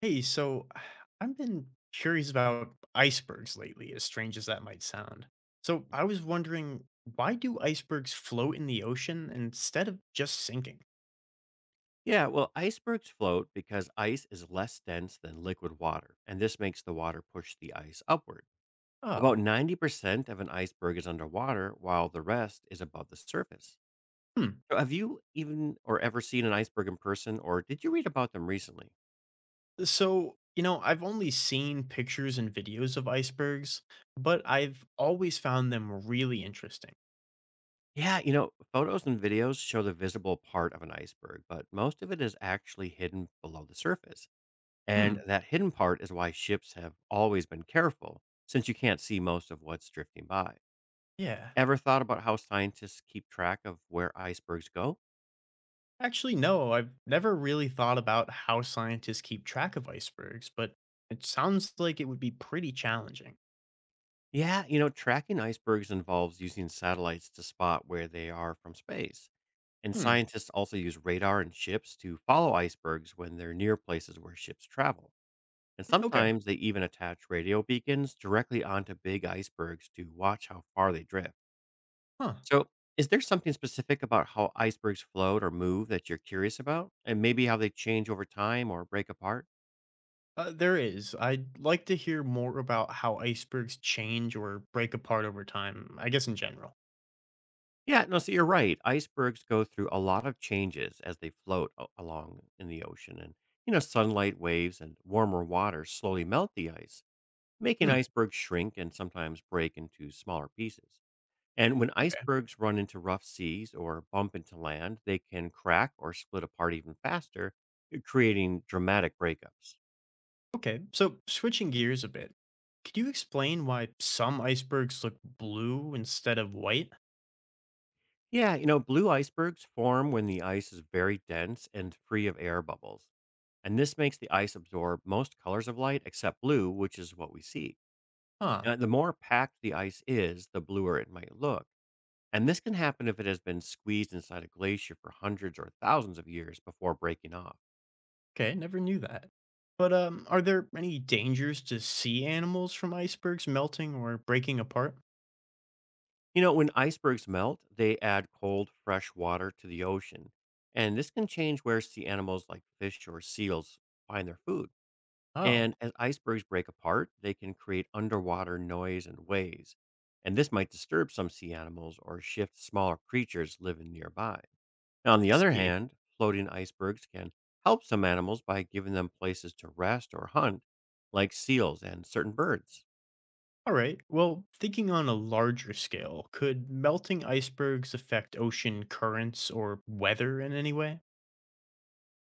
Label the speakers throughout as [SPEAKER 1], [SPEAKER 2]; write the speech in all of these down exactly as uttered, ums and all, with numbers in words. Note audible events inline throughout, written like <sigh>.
[SPEAKER 1] Hey, so <sighs> I've been curious about icebergs lately, as strange as that might sound. So I was wondering, why do icebergs float in the ocean instead of just sinking?
[SPEAKER 2] Yeah, well, icebergs float because ice is less dense than liquid water, and this makes the water push the ice upward. About
[SPEAKER 1] Oh,
[SPEAKER 2] ninety percent of an iceberg is underwater, while the rest is above the surface.
[SPEAKER 1] hmm.
[SPEAKER 2] So have you even or ever seen an iceberg in person, or did you read about them recently?
[SPEAKER 1] So, you know, I've only seen pictures and videos of icebergs, but I've always found them really interesting.
[SPEAKER 2] Yeah, you know, photos and videos show the visible part of an iceberg, but most of it is actually hidden below the surface.
[SPEAKER 1] Hmm,
[SPEAKER 2] And that hidden part is why ships have always been careful, since you can't see most of what's drifting by.
[SPEAKER 1] yeah.
[SPEAKER 2] Ever thought about how scientists keep track of where icebergs go?
[SPEAKER 1] Actually, no, I've never really thought about how scientists keep track of icebergs, but it sounds like it would be pretty challenging.
[SPEAKER 2] Yeah, you know, tracking icebergs involves using satellites to spot where they are from space. And
[SPEAKER 1] Hmm,
[SPEAKER 2] scientists also use radar and ships to follow icebergs when they're near places where ships travel. And
[SPEAKER 1] okay.
[SPEAKER 2] sometimes they even attach radio beacons directly onto big icebergs to watch how far they drift.
[SPEAKER 1] Huh.
[SPEAKER 2] So, is there something specific about how icebergs float or move that you're curious about? And maybe how they change over time or break apart?
[SPEAKER 1] Uh, there is. I'd like to hear more about how icebergs change or break apart over time, I guess in general.
[SPEAKER 2] Yeah, no, so you're right. Icebergs go through a lot of changes as they float a- along in the ocean. And, you know, sunlight waves and warmer water slowly melt the ice, making
[SPEAKER 1] Hmm.
[SPEAKER 2] icebergs shrink and sometimes break into smaller pieces. And when
[SPEAKER 1] Okay.
[SPEAKER 2] icebergs run into rough seas or bump into land, they can crack or split apart even faster, uh, creating dramatic breakups.
[SPEAKER 1] Okay. So, switching gears a bit, could you explain why some icebergs look blue instead of white?
[SPEAKER 2] Yeah, you know, blue icebergs form when the ice is very dense and free of air bubbles. And this makes the ice absorb most colors of light except blue, which is what we see.
[SPEAKER 1] Huh.
[SPEAKER 2] Uh, the more packed the ice is, the bluer it might look. And this can happen if it has been squeezed inside a glacier for hundreds or thousands of years before breaking off.
[SPEAKER 1] Okay. Never knew that. But um, are there any dangers to sea animals from icebergs melting or breaking apart?
[SPEAKER 2] You know, when icebergs melt, they add cold, fresh water to the ocean. And this can change where sea animals like fish or seals find their food.
[SPEAKER 1] Oh,
[SPEAKER 2] And
[SPEAKER 1] I
[SPEAKER 2] as icebergs break apart, they can create underwater noise and waves. And this might disturb some sea animals or shift smaller creatures living nearby. Now, on the other
[SPEAKER 1] see.
[SPEAKER 2] hand, floating icebergs can help some animals by giving them places to rest or hunt, like seals and certain birds.
[SPEAKER 1] All right. Well, thinking on a larger scale, could melting icebergs affect ocean currents or weather in any way?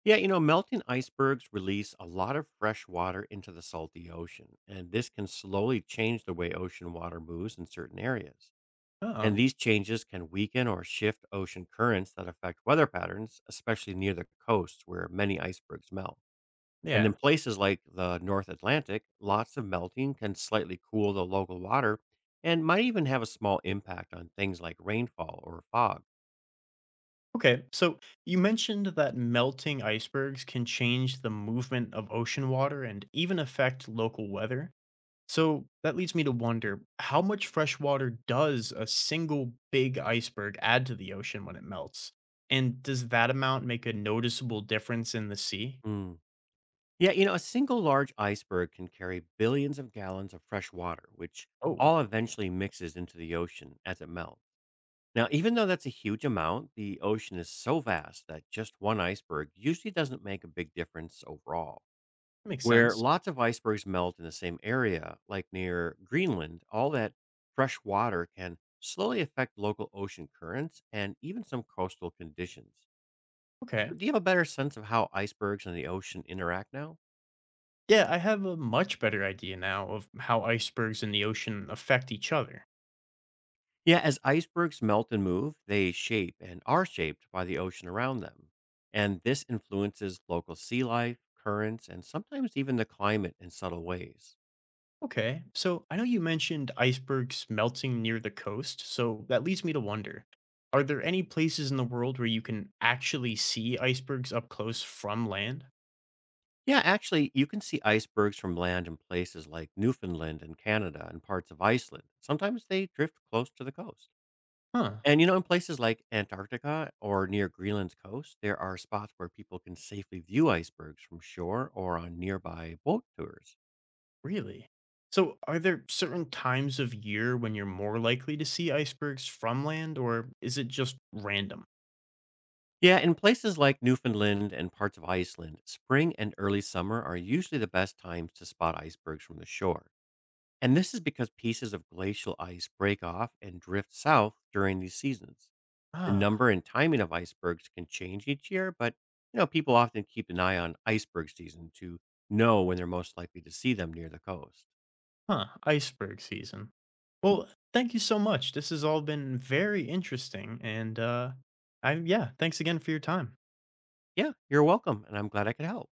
[SPEAKER 2] Yeah, you know, melting icebergs release a lot of fresh water into the salty ocean, and this can slowly change the way ocean water moves in certain areas. And
[SPEAKER 1] Oh,
[SPEAKER 2] these changes can weaken or shift ocean currents that affect weather patterns, especially near the coasts where many icebergs melt. And in
[SPEAKER 1] yeah.
[SPEAKER 2] places like the North Atlantic, lots of melting can slightly cool the local water and might even have a small impact on things like rainfall or fog.
[SPEAKER 1] Okay. So you mentioned that melting icebergs can change the movement of ocean water and even affect local weather. So that leads me to wonder how much fresh water does a single big iceberg add to the ocean when it melts? And does that amount make a noticeable difference in the sea?
[SPEAKER 2] Mm. Yeah, you know, a single large iceberg can carry billions of gallons of fresh water, which
[SPEAKER 1] Oh,
[SPEAKER 2] all eventually mixes into the ocean as it melts. Now, even though that's a huge amount, the ocean is so vast that just one iceberg usually doesn't make a big difference overall.
[SPEAKER 1] that makes
[SPEAKER 2] Where
[SPEAKER 1] sense.
[SPEAKER 2] lots of icebergs melt in the same area, like near Greenland, all that fresh water can slowly affect local ocean currents and even some coastal conditions.
[SPEAKER 1] Okay.
[SPEAKER 2] Do you have a better sense of how icebergs and the ocean interact now?
[SPEAKER 1] Yeah, I have a much better idea now of how icebergs in the ocean affect each other.
[SPEAKER 2] Yeah, as icebergs melt and move, they shape and are shaped by the ocean around them. And this influences local sea life, currents, and sometimes even the climate in subtle ways.
[SPEAKER 1] Okay, so I know you mentioned icebergs melting near the coast, so that leads me to wonder are there any places in the world where you can actually see icebergs up close from land?
[SPEAKER 2] Yeah, actually, you can see icebergs from land in places like Newfoundland and Canada and parts of Iceland. Sometimes they drift close to the coast.
[SPEAKER 1] Huh,
[SPEAKER 2] And you know, in places like Antarctica or near Greenland's coast, there are spots where people can safely view icebergs from shore or on nearby boat tours.
[SPEAKER 1] really? So, are there certain times of year when you're more likely to see icebergs from land, or is it just random?
[SPEAKER 2] Yeah, in places like Newfoundland and parts of Iceland, spring and early summer are usually the best times to spot icebergs from the shore. And this is because pieces of glacial ice break off and drift south during these seasons. The
[SPEAKER 1] Ah.
[SPEAKER 2] number and timing of icebergs can change each year, but you know, people often keep an eye on iceberg season to know when they're most likely to see them near the coast.
[SPEAKER 1] Huh, iceberg season. Well, thank you so much. This has all been very interesting and uh I yeah, thanks again for your time.
[SPEAKER 2] Yeah, you're welcome, and I'm glad I could help.